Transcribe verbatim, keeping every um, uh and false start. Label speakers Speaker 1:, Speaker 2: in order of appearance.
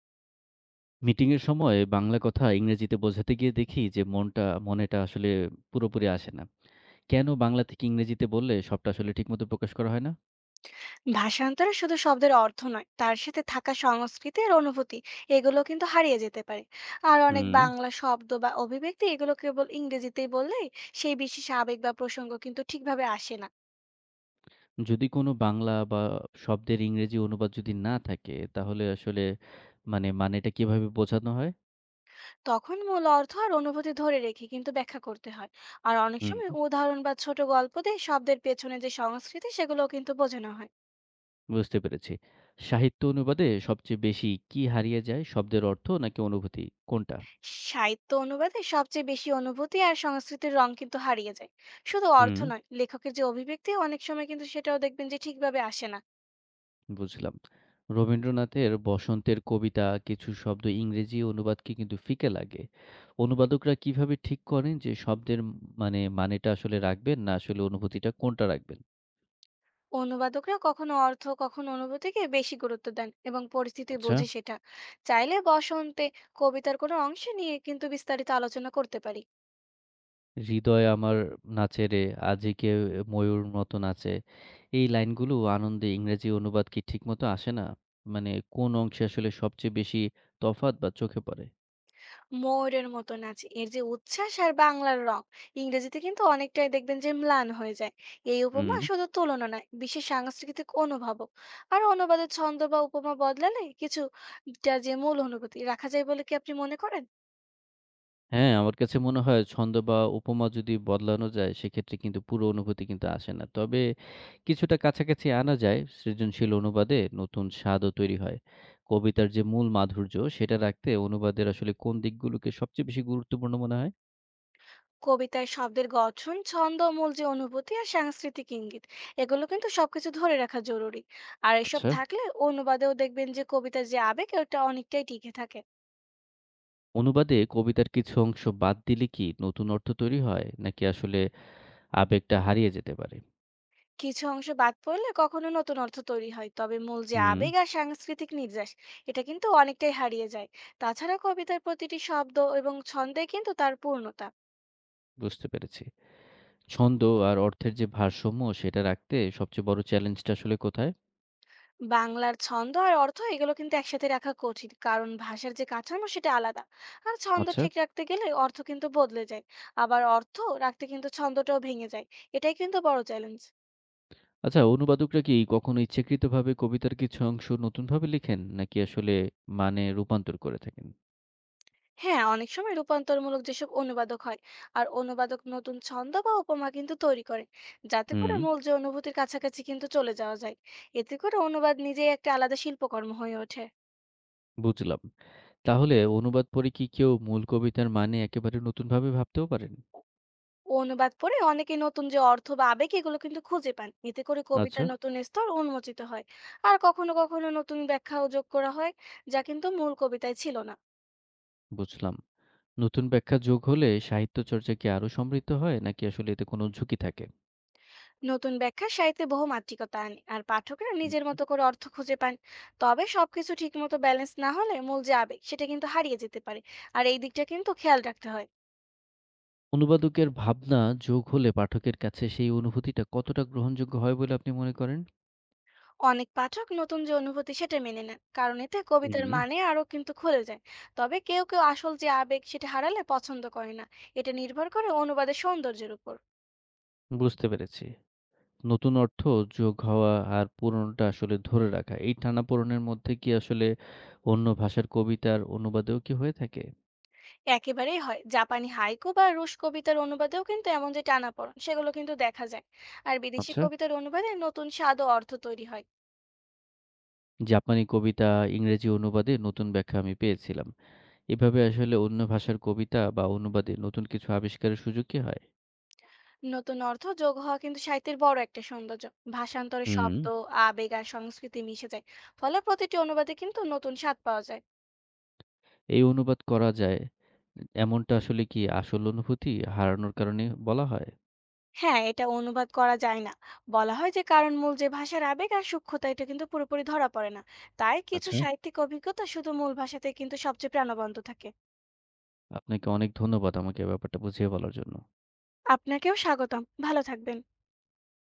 Speaker 1: মিটিংয়ের সময় বাংলা কথা ইংরেজিতে বোঝাতে গিয়ে দেখি যে মনটা মনেটা আসলে পুরোপুরি আসে না। কেন বাংলা থেকে ইংরেজিতে বললে সবটা আসলে ঠিকমতো প্রকাশ করা হয় না?
Speaker 2: ভাষান্তরে শুধু শব্দের অর্থ নয়, তার সাথে থাকা সংস্কৃতি আর অনুভূতি এগুলো কিন্তু হারিয়ে যেতে পারে। আর অনেক
Speaker 1: হুম।
Speaker 2: বাংলা শব্দ বা অভিব্যক্তি এগুলো কেবল ইংরেজিতেই বললে সেই বিশেষ আবেগ বা প্রসঙ্গ কিন্তু ঠিকভাবে আসে না।
Speaker 1: যদি কোনো বাংলা বা শব্দের ইংরেজি অনুবাদ যদি না থাকে তাহলে আসলে মানে মানেটা কিভাবে বোঝানো হয়?
Speaker 2: তখন মূল অর্থ আর অনুভূতি ধরে রেখে কিন্তু ব্যাখ্যা করতে হয়। আর অনেক
Speaker 1: হুম।
Speaker 2: সময় উদাহরণ বা ছোট গল্প দিয়ে শব্দের পেছনে যে সংস্কৃতি সেগুলোও কিন্তু বোঝানো হয়।
Speaker 1: বুঝতে পেরেছি। সাহিত্য অনুবাদে সবচেয়ে বেশি কি হারিয়ে যায় শব্দের অর্থ নাকি অনুভূতি কোনটা?
Speaker 2: সাহিত্য অনুবাদে সবচেয়ে বেশি অনুভূতি আর সংস্কৃতির রং কিন্তু হারিয়ে যায়। শুধু অর্থ
Speaker 1: হুম।
Speaker 2: নয়, লেখকের যে অভিব্যক্তি অনেক সময় কিন্তু সেটাও দেখবেন যে ঠিকভাবে আসে না।
Speaker 1: বুঝলাম। রবীন্দ্রনাথের 'বসন্তের কবিতা' কিছু শব্দ ইংরেজি অনুবাদকে কিন্তু ফিকে লাগে। অনুবাদকরা কিভাবে ঠিক করেন যে শব্দের উম মানে মানেটা আসলে রাখবেন না আসলে অনুভূতিটা কোনটা রাখবেন?
Speaker 2: অনুবাদকরা কখনো অর্থ কখনো অনুভূতিকে বেশি গুরুত্ব দেন এবং পরিস্থিতি
Speaker 1: আচ্ছা।
Speaker 2: বোঝে সেটা। চাইলে বসন্তে কবিতার কোনো অংশ নিয়ে কিন্তু বিস্তারিত আলোচনা করতে পারি।
Speaker 1: হৃদয় আমার নাচে রে, আজিকে ময়ূর মতো নাচে। এই লাইনগুলো আনন্দে ইংরেজি অনুবাদ কি ঠিকমতো আসে না? মানে কোন অংশে আসলে সবচেয়ে বেশি তফাত বা চোখে পড়ে?
Speaker 2: ময়ূরের মতো নাচ এর যে উচ্ছ্বাস আর বাংলার রং ইংরেজিতে কিন্তু অনেকটাই দেখবেন যে ম্লান হয়ে যায়। এই উপমা
Speaker 1: হুম।
Speaker 2: শুধু তুলনা নয়, বিশেষ সাংস্কৃতিক অনুভবও। আর অনুবাদের ছন্দ বা উপমা বদলালে কিছুটা যে মূল অনুভূতি রাখা যায় বলে কি আপনি মনে করেন?
Speaker 1: হ্যাঁ, আমার কাছে মনে হয় ছন্দ বা উপমা যদি বদলানো যায় সেক্ষেত্রে কিন্তু পুরো অনুভূতি কিন্তু আসে না। তবে কিছুটা কাছাকাছি আনা যায়। সৃজনশীল অনুবাদে নতুন স্বাদও তৈরি হয়। কবিতার যে মূল মাধুর্য সেটা রাখতে অনুবাদের আসলে কোন দিকগুলোকে সবচেয়ে বেশি গুরুত্বপূর্ণ মনে হয়?
Speaker 2: কবিতায় শব্দের গঠন, ছন্দ, মূল যে অনুভূতি আর সাংস্কৃতিক ইঙ্গিত এগুলো কিন্তু সবকিছু ধরে রাখা জরুরি। আর এসব
Speaker 1: আচ্ছা।
Speaker 2: থাকলে অনুবাদেও দেখবেন যে কবিতার যে আবেগ ওটা অনেকটাই টিকে থাকে।
Speaker 1: অনুবাদে কবিতার কিছু অংশ বাদ দিলে কি নতুন অর্থ তৈরি হয় নাকি আসলে আবেগটা হারিয়ে যেতে পারে?
Speaker 2: কিছু অংশ বাদ পড়লে কখনো নতুন অর্থ তৈরি হয়, তবে মূল যে
Speaker 1: হুম,
Speaker 2: আবেগ আর সাংস্কৃতিক নির্যাস এটা কিন্তু অনেকটাই হারিয়ে যায়। তাছাড়া কবিতার প্রতিটি শব্দ এবং ছন্দে কিন্তু তার পূর্ণতা।
Speaker 1: বুঝতে পেরেছি। ছন্দ আর অর্থের যে ভারসাম্য সেটা রাখতে সবচেয়ে বড় চ্যালেঞ্জটা আসলে কোথায়?
Speaker 2: বাংলার ছন্দ আর অর্থ এগুলো কিন্তু একসাথে রাখা কঠিন, কারণ ভাষার যে কাঠামো সেটা আলাদা। আর ছন্দ
Speaker 1: আচ্ছা
Speaker 2: ঠিক রাখতে গেলে অর্থ কিন্তু বদলে যায়, আবার অর্থ রাখতে কিন্তু ছন্দটাও ভেঙে যায়। এটাই কিন্তু বড় চ্যালেঞ্জ।
Speaker 1: আচ্ছা, অনুবাদকরা কি কখনো ইচ্ছাকৃতভাবে কবিতার কিছু অংশ নতুনভাবে লেখেন? নাকি আসলে মানে রূপান্তর করে থাকেন?
Speaker 2: হ্যাঁ, অনেক সময় রূপান্তরমূলক যেসব অনুবাদক হয়, আর অনুবাদক নতুন ছন্দ বা উপমা কিন্তু তৈরি করে, যাতে করে
Speaker 1: হুম।
Speaker 2: মূল যে অনুভূতির কাছাকাছি কিন্তু চলে যাওয়া যায়। এতে করে অনুবাদ নিজেই একটা আলাদা শিল্পকর্ম হয়ে ওঠে।
Speaker 1: বুঝলাম। তাহলে অনুবাদ পড়ে কি কেউ মূল কবিতার মানে একেবারে নতুনভাবে ভাবতেও পারেন?
Speaker 2: ও, অনুবাদ পড়ে অনেকে নতুন যে অর্থ বা আবেগ এগুলো কিন্তু খুঁজে পান, এতে করে
Speaker 1: আচ্ছা,
Speaker 2: কবিতার নতুন স্তর উন্মোচিত হয়। আর কখনো কখনো নতুন ব্যাখ্যাও যোগ করা হয় যা কিন্তু মূল কবিতায় ছিল না।
Speaker 1: বুঝলাম। নতুন ব্যাখ্যা যোগ হলে সাহিত্য চর্চা কি আরো সমৃদ্ধ হয়? নাকি আসলে এতে কোনো ঝুঁকি থাকে?
Speaker 2: নতুন ব্যাখ্যা সাহিত্যে বহুমাত্রিকতা আনে আর পাঠকরা নিজের
Speaker 1: হুম।
Speaker 2: মতো করে অর্থ খুঁজে পান। তবে সবকিছু ঠিকমতো ব্যালেন্স না হলে মূল যে আবেগ সেটা কিন্তু হারিয়ে যেতে পারে। আর এই দিকটা কিন্তু খেয়াল রাখতে হয়।
Speaker 1: অনুবাদকের ভাবনা যোগ হলে পাঠকের কাছে সেই অনুভূতিটা কতটা গ্রহণযোগ্য হয় বলে আপনি মনে করেন?
Speaker 2: অনেক পাঠক নতুন যে অনুভূতি সেটা মেনে নেন কারণ এতে কবিতার
Speaker 1: হুম।
Speaker 2: মানে আরো কিন্তু খুলে যায়। তবে কেউ কেউ আসল যে আবেগ সেটা হারালে পছন্দ করে না। এটা নির্ভর করে অনুবাদের সৌন্দর্যের উপর।
Speaker 1: বুঝতে পেরেছি। নতুন অর্থ যোগ হওয়া আর পুরনোটা আসলে ধরে রাখা। এই টানাপোড়েনের মধ্যে কি আসলে অন্য ভাষার কবিতার অনুবাদেও কি হয়ে থাকে?
Speaker 2: একেবারেই হয়, জাপানি হাইকু বা রুশ কবিতার অনুবাদেও কিন্তু এমন যে টানাপোড়েন সেগুলো কিন্তু দেখা যায়। আর বিদেশি
Speaker 1: আচ্ছা।
Speaker 2: কবিতার অনুবাদে নতুন স্বাদ ও অর্থ তৈরি হয়।
Speaker 1: জাপানি কবিতা, ইংরেজি অনুবাদে নতুন ব্যাখ্যা আমি পেয়েছিলাম। এভাবে আসলে অন্য ভাষার কবিতা বা অনুবাদে নতুন কিছু আবিষ্কারের সুযোগ কি হয়?
Speaker 2: নতুন অর্থ যোগ হওয়া কিন্তু সাহিত্যের বড় একটা সৌন্দর্য। ভাষান্তরে
Speaker 1: হুম।
Speaker 2: শব্দ, আবেগ আর সংস্কৃতি মিশে যায়। ফলে প্রতিটি অনুবাদে কিন্তু নতুন স্বাদ পাওয়া যায়।
Speaker 1: এই অনুবাদ করা যায় এমনটা আসলে কি আসল অনুভূতি হারানোর কারণে বলা হয়?
Speaker 2: হ্যাঁ, এটা অনুবাদ করা যায় না বলা হয়, যে কারণ মূল যে ভাষার আবেগ আর সূক্ষ্মতা এটা কিন্তু পুরোপুরি ধরা পড়ে না। তাই কিছু
Speaker 1: আচ্ছা।
Speaker 2: সাহিত্যিক অভিজ্ঞতা শুধু মূল ভাষাতে কিন্তু সবচেয়ে প্রাণবন্ত থাকে।
Speaker 1: আপনাকে অনেক ধন্যবাদ আমাকে ব্যাপারটা বুঝিয়ে বলার জন্য।
Speaker 2: আপনাকেও স্বাগতম, ভালো থাকবেন।